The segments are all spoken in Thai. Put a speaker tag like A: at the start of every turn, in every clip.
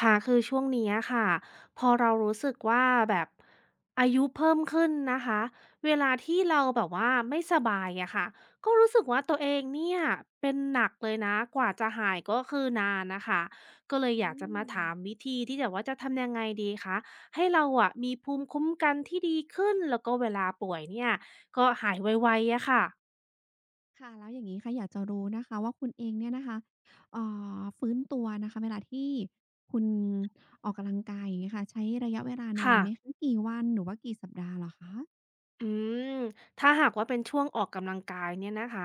A: ค่ะคือช่วงเนี้ยค่ะพอเรารู้สึกว่าแบบอายุเพิ่มขึ้นนะคะเวลาที่เราแบบว่าไม่สบายอะค่ะก็รู้สึกว่าตัวเองเนี่ยเป็นหนักเลยนะกว่าจะหายก็คือนานนะคะก็เลยอ
B: อื
A: ยากจะมา
B: ม
A: ถามวิธีที่แบบว่าจะทำยังไงดีคะให้เราอะมีภูมิคุ้มกันที่ดีขึ้นแล้วก็เวลาป่วยเนี่ยก็หายไวๆอะค่ะ
B: ค่ะ แล้วอย่างนี้ค่ะอยากจะรู้นะคะว่าคุณเองเนี่ยนะคะเอ่ฟื้นตัวนะคะเวลาที่คุณออกกำลังกายอย่างเงี้ยค่ะใช้ระยะเวลานาน
A: ค่ะ
B: ไหมคะกี่วันหรือว่ากี่สัปดาห์เหรอคะ
A: อืมถ้าหากว่าเป็นช่วงออกกำลังกายเนี่ยนะคะ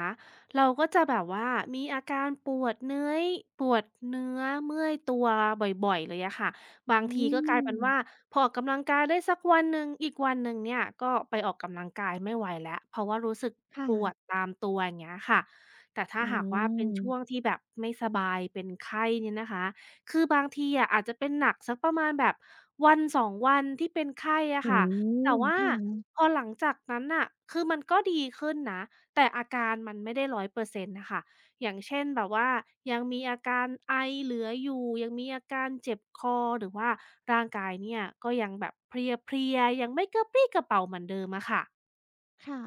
A: เราก็จะแบบว่ามีอาการปวดเนื้อเมื่อยตัวบ่อยๆเลยอะค่ะบา
B: อื
A: งทีก็กลายเป็นว่า
B: ม
A: พอออกกำลังกายได้สักวันหนึ่งอีกวันหนึ่งเนี่ยก็ไปออกกำลังกายไม่ไหวแล้วเพราะว่ารู้สึกป
B: ค่ะ
A: วดตามตัวอย่างเงี้ยค่ะแต่ถ้า
B: อื
A: หากว่าเป็น
B: ม
A: ช่วงที่แบบไม่สบายเป็นไข้เนี่ยนะคะคือบางทีอะอาจจะเป็นหนักสักประมาณแบบวันสองวันที่เป็นไข้อะ
B: โอ้
A: ค่ะ แต่
B: โฮ
A: ว่า
B: ค่ะ
A: พอหลังจากนั้นน่ะคือมันก็ดีขึ้นนะ แต่อาการมันไม่ได้รร้ออยเปอร์เซ็นต์น่ะค่ะอย่างเช่นแบบว่ายังมีอาการไอเหลืออยู่ ยังมีอาการเจ็บคอหรือว่าร่างกายเนี่ยก็ยังแบบเพลียๆยังไม่กระปรี้กระเปร่าเหมือนเดิมอะค่ะ
B: ค่ะ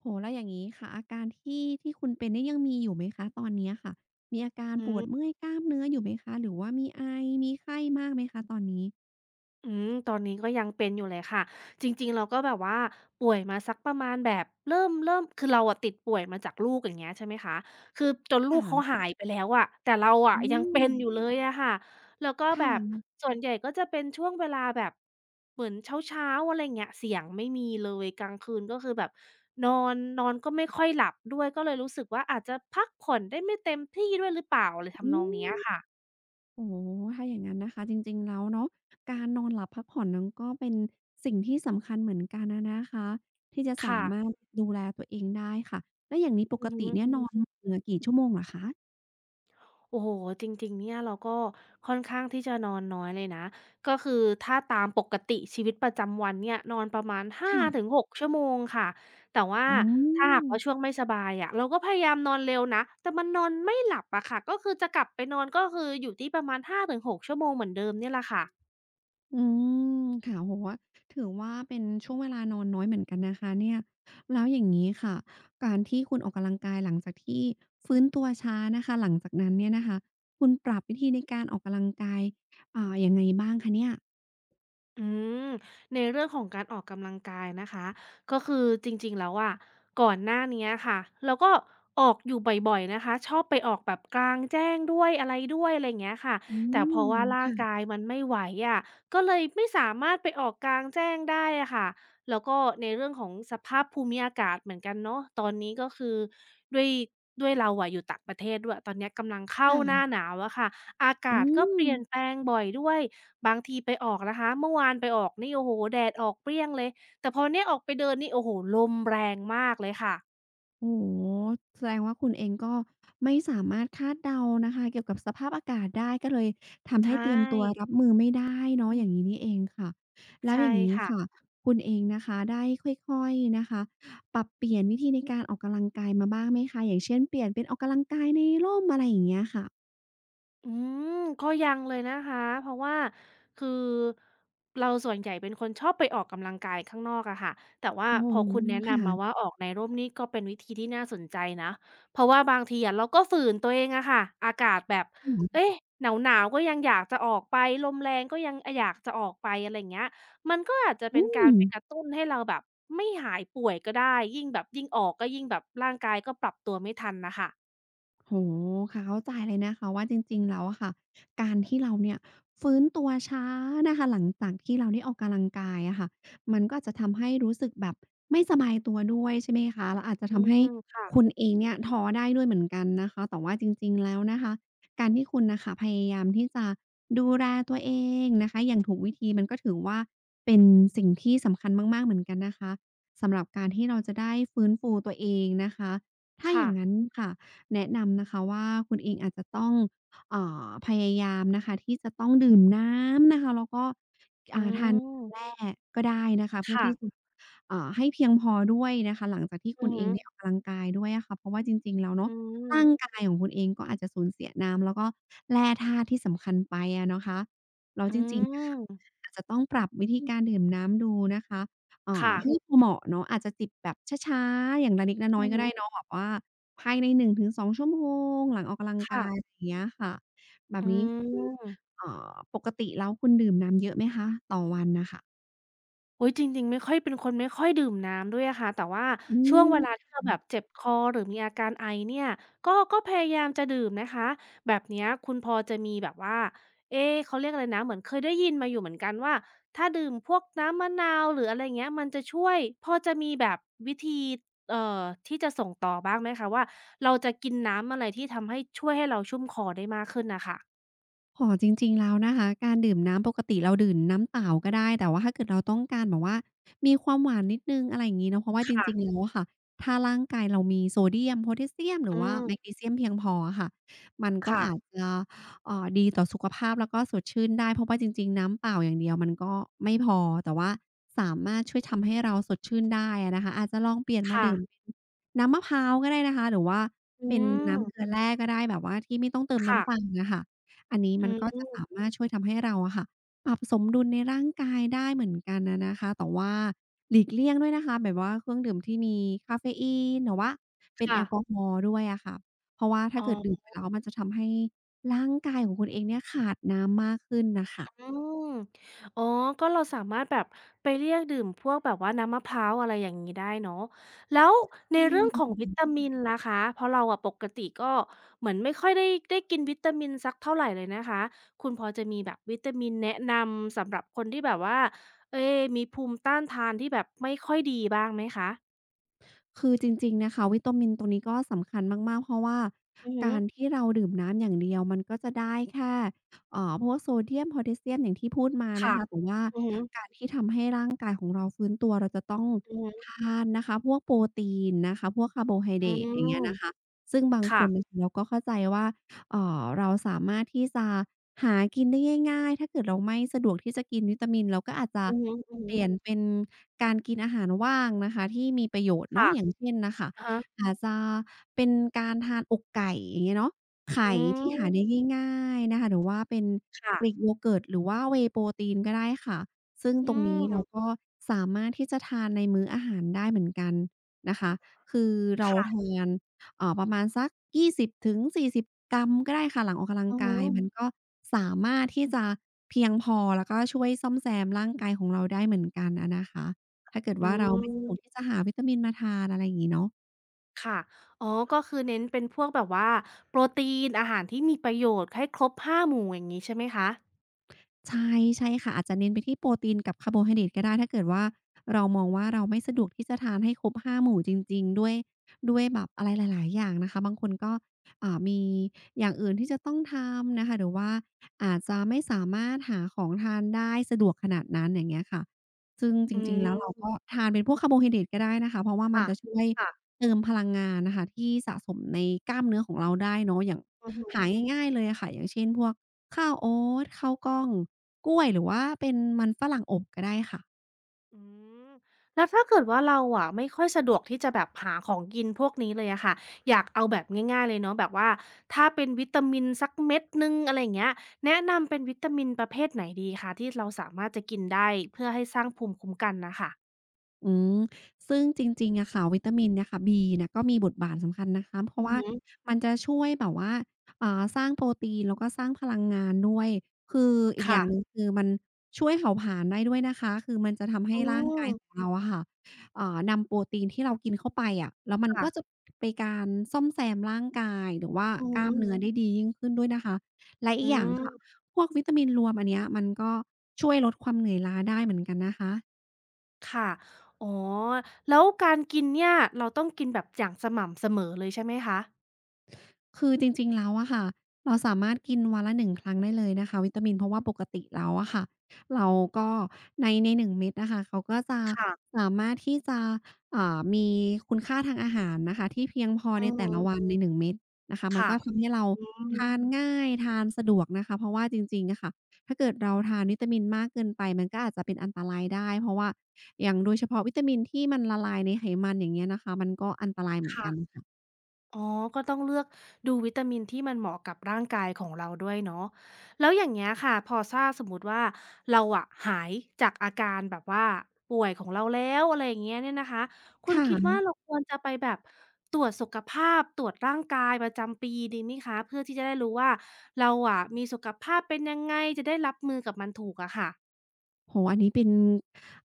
B: โอ้โฮแล้วอย่างงี้ค่ะอาการที่คุณเป็นเนี่ยยังมีอยู่ไหมคะตอนเนี้ยค่ะ มีอาการ
A: อื
B: ปวด
A: ม
B: เมื่อยกล้ามเนื้ออยู่ไหมคะ หรือว่ามีไอมีไข้มากไหมคะตอนนี้
A: อืมตอนนี้ก็ยังเป็นอยู่เลยค่ะจริงๆเราก็แบบว่าป่วยมาสักประมาณแบบเริ่มเริ่มคือเราอะติดป่วยมาจากลูกอย่างเงี้ยใช่ไหมคะคือจน
B: ค
A: ลูกเขาหา
B: ่ะ
A: ยไปแล้วอะแต่เราอะ
B: อื
A: ยังเป็
B: ม
A: นอยู่เลยอะค่ะแล้วก็แบ
B: ค่ะ
A: บส่วนใหญ่ก็จะเป็นช่วงเวลาแบบเหมือนเช้าๆอะไรอย่างเงี้ยเสียงไม่มีเลยกลางคืนก็คือแบบนอนนอนก็ไม่ค่อยหลับด้วยก็เลยรู้สึกว่าอาจจะพักผ่อนได้ไม่เต็มที่ด้วยหรือเปล่าอะไร
B: อื
A: ทำนอง
B: ม
A: เนี้ยค่ะ
B: โอ้โฮถ้าอย่างงั้นนะคะจริงๆแล้วเนาะการนอนหลับพักผ่อนนั้นก็เป็นสิ่งที่สำคัญเหมือนกันอะนะคะที่จะสา
A: ค่ะ
B: มารถดูแลตัวเองได้ค่ะแล้วอย่างนี้ป
A: อื
B: ก
A: อฮึ
B: ติเนี่ยนอนมเหลือกี่ชั่วโมงเหรอคะ
A: โอ้โฮจริงๆเนี่ยเราก็ค่อนข้างที่จะนอนน้อยเลยนะก็คือถ้าตามปกติชีวิตประจำวันเนี่ยนอนประมาณห้าถึง
B: ค่ะ
A: หกชั่วโมงค่ะแต่ว่า
B: อื
A: ถ้าหากว่าช่
B: ม
A: วงไม่สบายอะเราก็พยายามนอนเร็วนะแต่มันนอนไม่หลับอะค่ะก็คือจะกลับไปนอนก็คืออยู่ที่ประมาณห้าถึงหกชั่วโมงเหมือนเดิมเนี่ยแหละค่ะ
B: อืมค่ะโอ้โฮถือว่าเป็นช่วงเวลานอนน้อยเหมือนกันนะคะเนี่ยแล้วอย่างงี้ค่ะ การที่คุณออกกำลังกายหลังจากที่ฟื้นตัวช้านะคะหลังจากนั้นเนี่ยนะคะคุณปรับวิธีในการออกกำลังกายยังไงบ้างคะเนี่ย
A: อืมในเรื่องของการออกกำลังกายนะคะก็คือจริงๆแล้วอะก่อนหน้าเนี้ยค่ะเราก็ออกอยู่บ่อยๆนะคะชอบไปออกแบบกลางแจ้งด้วยอะไรด้วยอะไรอย่างเงี้ยค่ะ
B: อื
A: แต่เพ
B: ม
A: ราะว่าร่าง
B: ค่ะ
A: กายมันไม่ไหวอะก็เลยไม่สามารถไปออกกลางแจ้งได้อะค่ะแล้วก็ในเรื่องของสภาพภูมิอากาศเหมือนกันเนาะตอนนี้ก็คือด้วยด้วยเราอะอยู่ต่างประเทศด้วยตอนเนี้ยกำลังเข้าหน้า
B: ค่ะ
A: หนาวอะค่ะอากา
B: อื
A: ศก็เป
B: ม
A: ลี่ยนแปลงบ่อยด้วย บางทีไปออกนะคะเมื่อวานไปออกนี่โอ้โฮแดดออกเปรี้ยงเลยแต่พอเนี่ยออกไปเดินนี่โอ้โฮลมแรงมากเลยค่ะ
B: โอ้โฮแสดงว่าคุณเองก็ไม่สามารถคาดเดานะคะเกี่ยวกับสภาพอากาศได้ก็เลยทำ
A: ใช
B: ให้เตรียมตัว
A: ่
B: รับมือไม่ได้เนาะ
A: อื
B: อ
A: ม
B: ย่างงี้นี่เองค่ะแล้ว
A: ใช่
B: อย่างงี้
A: ค่ะ
B: ค่ะคุณเองนะคะได้ค่อยๆนะคะปรับเปลี่ยนวิธีในการออกกำลังกายมาบ้างไหมคะอย่างเช่นเปลี่ยนเป็นออกกำลังกายในร่มอะไรอย่างเงี้ยค่ะ
A: อืมก็ยังเลยนะคะเพราะว่าคือเราส่วนใหญ่เป็นคนชอบไปออกกำลังกายข้างนอกอะค่ะแต่ว่า
B: โอ้โฮ
A: พอคุณแนะนำมาว่า
B: ค่ะ
A: ออกในร่มนี่ก็เป็นวิธีที่น่าสนใจนะเพราะว่าบางทีอะเราก็ฝืนตัวเองอะค่ะอากาศแบบ
B: อื
A: เอ๊ะหนาวหนาวก็ยังอยากจะออกไปลมแรงก็ยังอยากจะออกไปอะไรอย่างเงี้ยมันก็อาจจะเป็นการไปกระ
B: ม
A: ตุ้นให้เราแบบไม่หายป่วยก็ได้ยิ่งแบบยิ่งออกก็ยิ่งแบบร่างกายก็ปรับตัวไม่ทันนะคะ
B: โอ้โฮค่ะเข้าใจเลยนะคะว่าจริงๆแล้วอะค่ะการที่เราเนี่ยฟื้นตัวช้านะคะหลังจากที่เราได้ออกกำลังกายอะค่ะมันก็อาจจะทำให้รู้สึกแบบไม่สบายตัวด้วยใช่ไหมคะแล้วอาจจะ
A: อื
B: ทำให้
A: มค่ะ
B: คุณเองเนี่ยท้อได้ด้วยเหมือนกันนะคะแต่ว่าจริงๆแล้วนะคะการที่คุณน่ะค่ะพยายามที่จะดูแลตัวเองนะคะอย่างถูกวิธีมันก็ถือว่าเป็นสิ่งที่สำคัญมากๆเหมือนกันนะคะสำหรับการที่เราจะได้ฟื้นฟูตัวเองนะคะถ้าอ
A: ค่ะ
B: ย่างงั้นค่ะ แนะนำนะคะว่าคุณเองอาจจะต้องพยายามนะคะที่จะต้องดื่มน้ำนะคะแล้วก็
A: อื
B: ทานแร่
A: ม
B: ก็ได้นะคะเพื่อ
A: ค่ะ
B: ที่จะให้เพียงพอด้วยนะคะหลังจากที่
A: อื
B: คุ
A: อ
B: ณเอ
A: ฮึ
B: งได้ออกกำลังกายด้วยอะค่ะเพราะว่าจริงๆแล้ว
A: อื
B: เนาะ
A: ม
B: ร่างกายของคุณเองก็อาจจะสูญเสียน้ำแล้วก็แร่ธาตุที่สำคัญไปอะนะคะแล้ว
A: อื
B: จริงๆอะค่ะ
A: ม
B: อาจจะต้องปรับวิธีการดื่มน้ำดูนะคะ
A: ค่ะ
B: ให้พอเหมาะเนาะอาจจะจิบแบบช้าๆอย่างละเล็ละน้
A: อื
B: อย
A: อ
B: ก็
A: ฮึ
B: ได้เนาะแบบว่า ภายในหนึึ่งงถงสองชั่วโมงหลังออกกำลังกาย
A: ค่ะ
B: อย่างเงี้ยค่ะแบ
A: อื
B: บนี้คือ
A: ม
B: ปกติแล้วคุณดื่มน้ำเยอะไหมคะต่อวันน่ะค่ะ
A: โอุ๊ยจริงๆไม่ค่อยเป็นคนไม่ค่อยดื่มน้ำด้วยอะค่ะแต่ว่า
B: อื
A: ช่วงเวลา
B: ม
A: ที่เราแบบเจ็บคอหรือมีอาการไอเนี่ยก็พยายามจะดื่มนะคะแบบเนี้ยคุณพอจะมีแบบว่าเอ๊เขาเรียกอะไรนะเหมือนเคยได้ยินมาอยู่เหมือนกันว่าถ้าดื่มพวกน้ำมะนาวหรืออะไรอย่างเงี้ยมันจะช่วยพอจะมีแบบวิธีเอ่อที่จะส่งต่อบ้างไหมคะว่าเราจะกินน้ำอะไรที่ทำให้ช่วยให้เราชุ่มคอได้มากขึ้นน่ะค่ะ
B: ออจริงๆแล้วนะคะการดื่มน้ำปกติเราดื่มน้ำเปล่าก็ได้แต่ว่าถ้าเกิดเราต้องการแบบว่ามีความหวานนิดหนึ่งอะไรอย่างงี้เนาะเพราะว่าจ
A: ค่ะ
B: ริงๆแล้วอะค่ะถ้าร่างกายเรามีโซเดียมโพแทสเซียมห
A: อื
B: รือว่าแมก
A: ม
B: นีเซียมเพียงพออะค่ะมันก็
A: ค่ะ
B: อาจจะดีต่อสุขภาพแล้วก็สดชื่นได้เพราะว่าจริงๆน้ำเปล่าอย่างเดียวมันก็ไม่พอแต่ว่าสามารถช่วยทำให้เราสดชื่นได้อะนะคะอาจจะลองเปลี่ยนมาดื่ม
A: ค่ะ
B: เป็นน้ำมะพร้าวก็ได้นะคะหรือว่า
A: อื
B: เป็นน้ำเก
A: ม
B: ลือแร่ก็ได้แบบว่าที่ไม่ต้องเติม
A: ค่ะ
B: น้ำตาลน่ะค่ะ อันนี้
A: อื
B: มันก็จะ
A: ม
B: สามารถช่วยทำให้เราอะค่ะปรับสมดุลในร่างกายได้เหมือนกันอะนะคะแต่ว่าหลีกเลี่ยงด้วยนะคะแบบว่าเครื่องดื่มที่มีกาเฟอีนหรือว่าเป็นแอ
A: ค่ะ
B: ลกอฮอล์ด้วยอะค่ะเพราะว่าถ้า
A: อ๋อ
B: เกิดดื่มไปแล้วมันจะทำให้ร่างกายของคุณเองเนี่ยขาดน้ำมากขึ้นน่ะค่ะ
A: อ๋อก็เราสามารถแบบไปเรียกดื่มพวกแบบว่าน้ำมะพร้าวอะไรอย่างงี้ได้เนาะ แล้วใน
B: ใช
A: เรื่องขอ
B: ่
A: งวิตามินล่ะคะเพราะเราอะปกติก็เหมือนไม่ค่อยได้กินวิตามินสักเท่าไรเลยนะคะ คุณพอจะมีแบบวิตามินแนะนำสำหรับคนที่แบบว่าเอ๊มีภูมิต้านทานที่แบบไม่ค่อยดีบ้างไหมคะ
B: คือจริงๆนะคะวิตามินตรงนี้ก็สำคัญมากๆเพราะว่า
A: อือฮึ
B: การที่เราดื่มน้ำอย่างเดียวมันก็จะได้แค่พวกโซเดียมโพแทสเซียมอย่างที่พูดมานะ
A: ค่ะ
B: คะแต่ว่า
A: อือฮึ
B: การที่ทำให้ร่างกายของเราฟื้นตัวเราจะต้อง
A: อือฮึ
B: ทานนะคะพวกโปรตีนนะคะพวกคาร์โบไฮ
A: อื
B: เดรตอ
A: ม
B: ย่างเงี้ยนะคะซึ่งบางคน
A: ค่ะ
B: เราก็เข้าใจว่า เราสามารถที่จะหากินได้ง่ายๆถ้าเกิดเราไม่สะดวกที่จะกินวิตามินเราก็อาจจะ
A: อือฮึ
B: เปลี่ยน
A: ๆ
B: เป็นการกินอาหารว่างนะคะที่มีประโยชน์
A: ค่ะ
B: เนาะอย่างเช่นน่ะค่ะ
A: อะฮะ
B: อาจจะเป็นการทานอกไก่อย่างเงี้ยเนาะไข่
A: อื
B: ที่
A: ม
B: หาได้ง่ายๆนะคะหรือว่าเป็น
A: ค่ะ
B: Greek yogurt หรือว่า Whey protein ก็ได้ค่ะซึ่ง
A: อื
B: ตรงนี้เรา
A: ม
B: ก็สามารถที่จะทานในมื้ออาหารได้เหมือนกันนะคะคือเรา
A: ค่ะ
B: ทาน ประมาณสัก20-40กรัมก็ได้ค่ะหลังออกกำลัง
A: อือฮึ
B: กาอืยมมันก็สามารถที่จะเพียงพอแล้วก็ช่วยซ่อมแซมร่างกายของเราได้เหมือนกันอะนะคะถ้าเกิด
A: อื
B: ว่าเราไม่สะด
A: ม
B: วกที่จะหาวิตามินมาทานอะไรอย่างงี้เนาะ
A: ค่ะอ๋อก็คือเน้นเป็นพวกแบบว่าโปรตีนอาหารที่มีประโยชน์ให้ครบ5หมู่อย่างงี้ใช่ไหมคะ
B: ใช่ใช่ค่ะอาจจะเน้นไปที่โปรตีนกับคาร์โบไฮเดรตก็ได้ถ้าเกิดว่าเรามองว่าเราไม่สะดวกที่จะทานให้ครบห้าหมู่จริงๆด้วยแบบอะไรหลายๆอย่างนะคะบางคนก็มีอย่างอื่นที่จะต้องทำนะคะหรือว่าอาจจะไม่สามารถหาของทานได้สะดวกขนาดนั้นอย่างเงี้ยค่ะซึ่งจ
A: อื
B: ริงๆแล้ว
A: ม
B: เราก็ทานเป็นพวกคาร์โบไฮเดรตก็ได้นะคะเพราะว่ามัน
A: ค่ะ
B: จะช่วย
A: ค่ะ
B: เติมพลังงานน่ะค่ะที่สะสมในกล้ามเนื้อของเราได้เนาะอย่าง
A: อือฮึ
B: หาง่ายๆเลยอะค่ะอย่างเช่นพวก ข้าวโอ๊ตข้าวกล้องกล้วยหรือว่าเป็นมันฝรั่งอบก็ได้ค่ะ
A: อืมแล้วถ้าเกิดว่าเราอะไม่ค่อยสะดวกที่จะแบบหาของกินพวกนี้เลยอะค่ะอยากเอาแบบง่ายๆเลยเนาะแบบว่าถ้าเป็นวิตามินสักเม็ดหนึ่งอะไรอย่างเงี้ยแนะนำเป็นวิตามินประเภทไหนดีคะที่เราสามารถจะกินได้เพื่อให้สร้างภูมิคุ้มกันน่ะค่ะ
B: อืมซึ่งจริงๆอะค่ะวิตามินเนี่ยค่ะ B เนี่ยก็มีบทบาทสำคัญนะคะเพ
A: อื
B: ราะ
A: อ
B: ว่า
A: ฮึ
B: มันจะช่วยแบบว่าสร้างโปรตีนแล้วก็สร้างพลังงานด้วยคืออีกอ
A: ค่ะ
B: ย่างหนึ่งคือมันช่วยเผาผลาญได้ด้วยนะคะคือมันจะทำ
A: อื
B: ให้ร่างกาย
A: ม
B: ของเราอะค่ะนำโปรตีนที่เรากินเข้าไปอะแล้วมันก็จะ
A: ค่ะ
B: ไปการซ่อมแซมร่างกายหรือว่า
A: อือ
B: กล้า
A: ฮึ
B: มเนื้อได้ดียิ่งขึ้นด้วยนะคะและ
A: อื
B: อีกอย่างค่ะ
A: ม
B: พวกวิตามินรวมอันเนี้ยมันก็ช่วยลดความเหนื่อยล้าได้เหมือนกันนะคะ
A: ค่ะอ๋อแล้วการกินเนี่ยเราต้องกินแบบอย่างสม่ำเสมอเลยใช่ไหมคะ
B: คือจริงๆแล้วอะค่ะเราสามารถกินวันละ1ครั้งได้เลยนะคะวิตามินเพราะว่าปกติแล้วอะค่ะเราก็ใน1เม็ดอะค่ะเขาก็จะ
A: ค่ะ
B: สามารถที่จะมีคุณค่าทางอาหารนะคะที่เพียงพอ
A: อื
B: ใน
A: อฮึ
B: แต่ละวันใน1เม็ดนะคะมัน
A: ค่ะ
B: ก็ทำให้เรา
A: อืม
B: ทานง่ายทานสะดวกนะคะเพราะว่าจริงๆอะค่ะถ้าเกิดเราทานวิตามินมากเกินไปมันก็อาจจะเป็นอันตรายได้เพราะว่าอย่างโดยเฉพาะวิตามินที่มันละลายในไขมันอย่างเงี้ยนะคะมันก็อันตรายเหมือนกัน
A: ค่ะ
B: ค่ะ
A: อ๋อก็ต้องเลือกดูวิตามินที่มันเหมาะกับร่างกายของเราด้วยเนาะแล้วอย่างเงี้ยค่ะพอถ้าสมมติว่าเราอะหายจากอาการแบบว่าป่วยของเราแล้วอะไรอย่างเงี้ยเนี่ยนะคะคุณคิดว่า
B: ค่ะ
A: เราควรจะไปแบบตรวจสุขภาพตรวจร่างกายประจำปีดีไหมคะเพื่อที่จะได้รู้ว่าเราอะมีสุขภาพเป็นยังไงจะได้รับมือกับมันถูกอะค่ะ
B: โอ้โฮอันนี้เป็น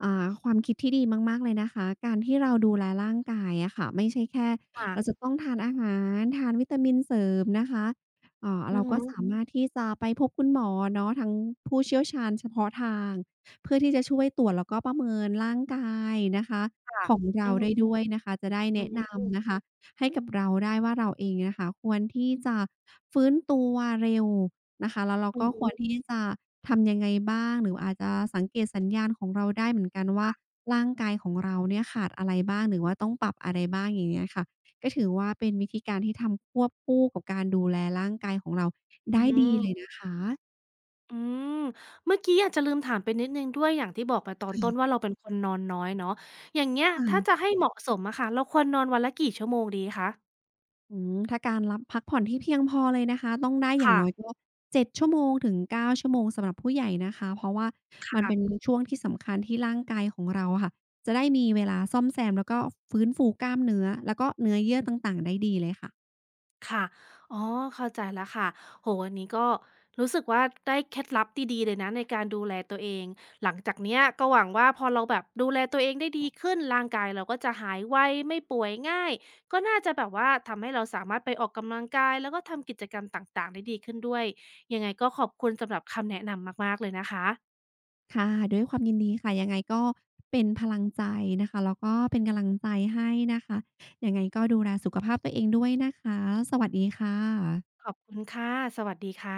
B: ความคิดที่ดีมากๆเลยนะคะ การที่เราดูแลร่างกายอะค่ะไม่ใช่แค่
A: ค่ะ
B: เราจะต้องทานอาหารทานวิตามินเสริมนะคะ
A: อื
B: เรา
A: อฮึ
B: ก็สามารถที่จะไปพบคุณหมอเนาะทางผู้เชี่ยวชาญเฉพาะทางเพื่อที่จะช่วยตรวจแล้วก็ประเมินร่างกายนะคะ
A: ค่ะ
B: ของ
A: อื
B: เรา
A: อ
B: ได้
A: ฮึ
B: ด้วยนะคะจะได้
A: อื
B: แนะ
A: ม
B: นำนะคะ ให้กับเราได้ว่าเราเองนะคะควรที่จะฟื้นตัวเร็วนะคะแล้วเรา
A: อื
B: ก็
A: อ
B: ควร
A: ฮึ
B: ที่จะทำยังไงบ้างหรืออาจจะสังเกตสัญญาณของเราได้เหมือนกันว่าร่างกายของเราเนี่ยขาดอะไรบ้างหรือว่าต้องปรับอะไรบ้างอย่างเงี้ยค่ะก็ถือว่าเป็นวิธีการที่ทำควบคู่กับการดูแลร่างกายของเรา
A: อื
B: ได้ดี
A: ม
B: เลยนะคะ
A: อืมเมื่อกี้อาจจะลืมถามไปนิดหนึ่งด้วยอย่างที่บอกไปตอนต้นว่า
B: ค่ะ
A: เราเป็นคนนอนน้อยเนาะอย่างเงี้ยถ้าจะ
B: ค่ะ
A: ให้เหมาะสมอะค่ะเราควรนอนวันละกี่ชั่วโมงดีคะ
B: อืมถ้าการรับพักผ่อนที่เพียงพอเลยนะคะต้องได้อย่าง
A: ค่ะ
B: น้อยก็7ชั่วโมงถึง9ชั่วโมงสำหรับผู้ใหญ่นะคะเพราะว่ามันเป็น
A: ค่ะ
B: ช่วงที่สำคัญที่ร่างกายของเราอะค่ะจะได้มีเวลาซ่อมแซมแล้วก็ฟื้นฟูกล้ามเนื้อแล้วก็เนื้อเยื่อต่างๆได้ดีเลยค่ะ
A: ค่ะอ๋อเข้าใจแล้วค่ะโอวันนี้ก็รู้สึกว่าได้เคล็ดลับดีๆเลยนะในการดูแลตัวเองหลังจากเนี้ยก็หวังว่าพอเราแบบดูแลตัวเองได้ดีขึ้นร่างกายเราก็จะหายไวไม่ป่วยง่ายก็น่าจะแบบว่าทำให้เราสามารถไปออกกำลังกายแล้วก็ทำกิจกรรมต่างๆได้ดีขึ้นด้วยยังไงก็ขอบคุณสำหรับคำแนะนำมากๆเลยนะคะ
B: ค่ะด้วยความยินดีค่ะยังไงก็เป็นพลังใจนะคะแล้วก็เป็นกำลังใจให้นะคะยังไงก็ดูแลสุขภาพตัวเองด้วยนะคะสวัสดีค่ะ
A: ขอบคุณค่ะสวัสดีค่ะ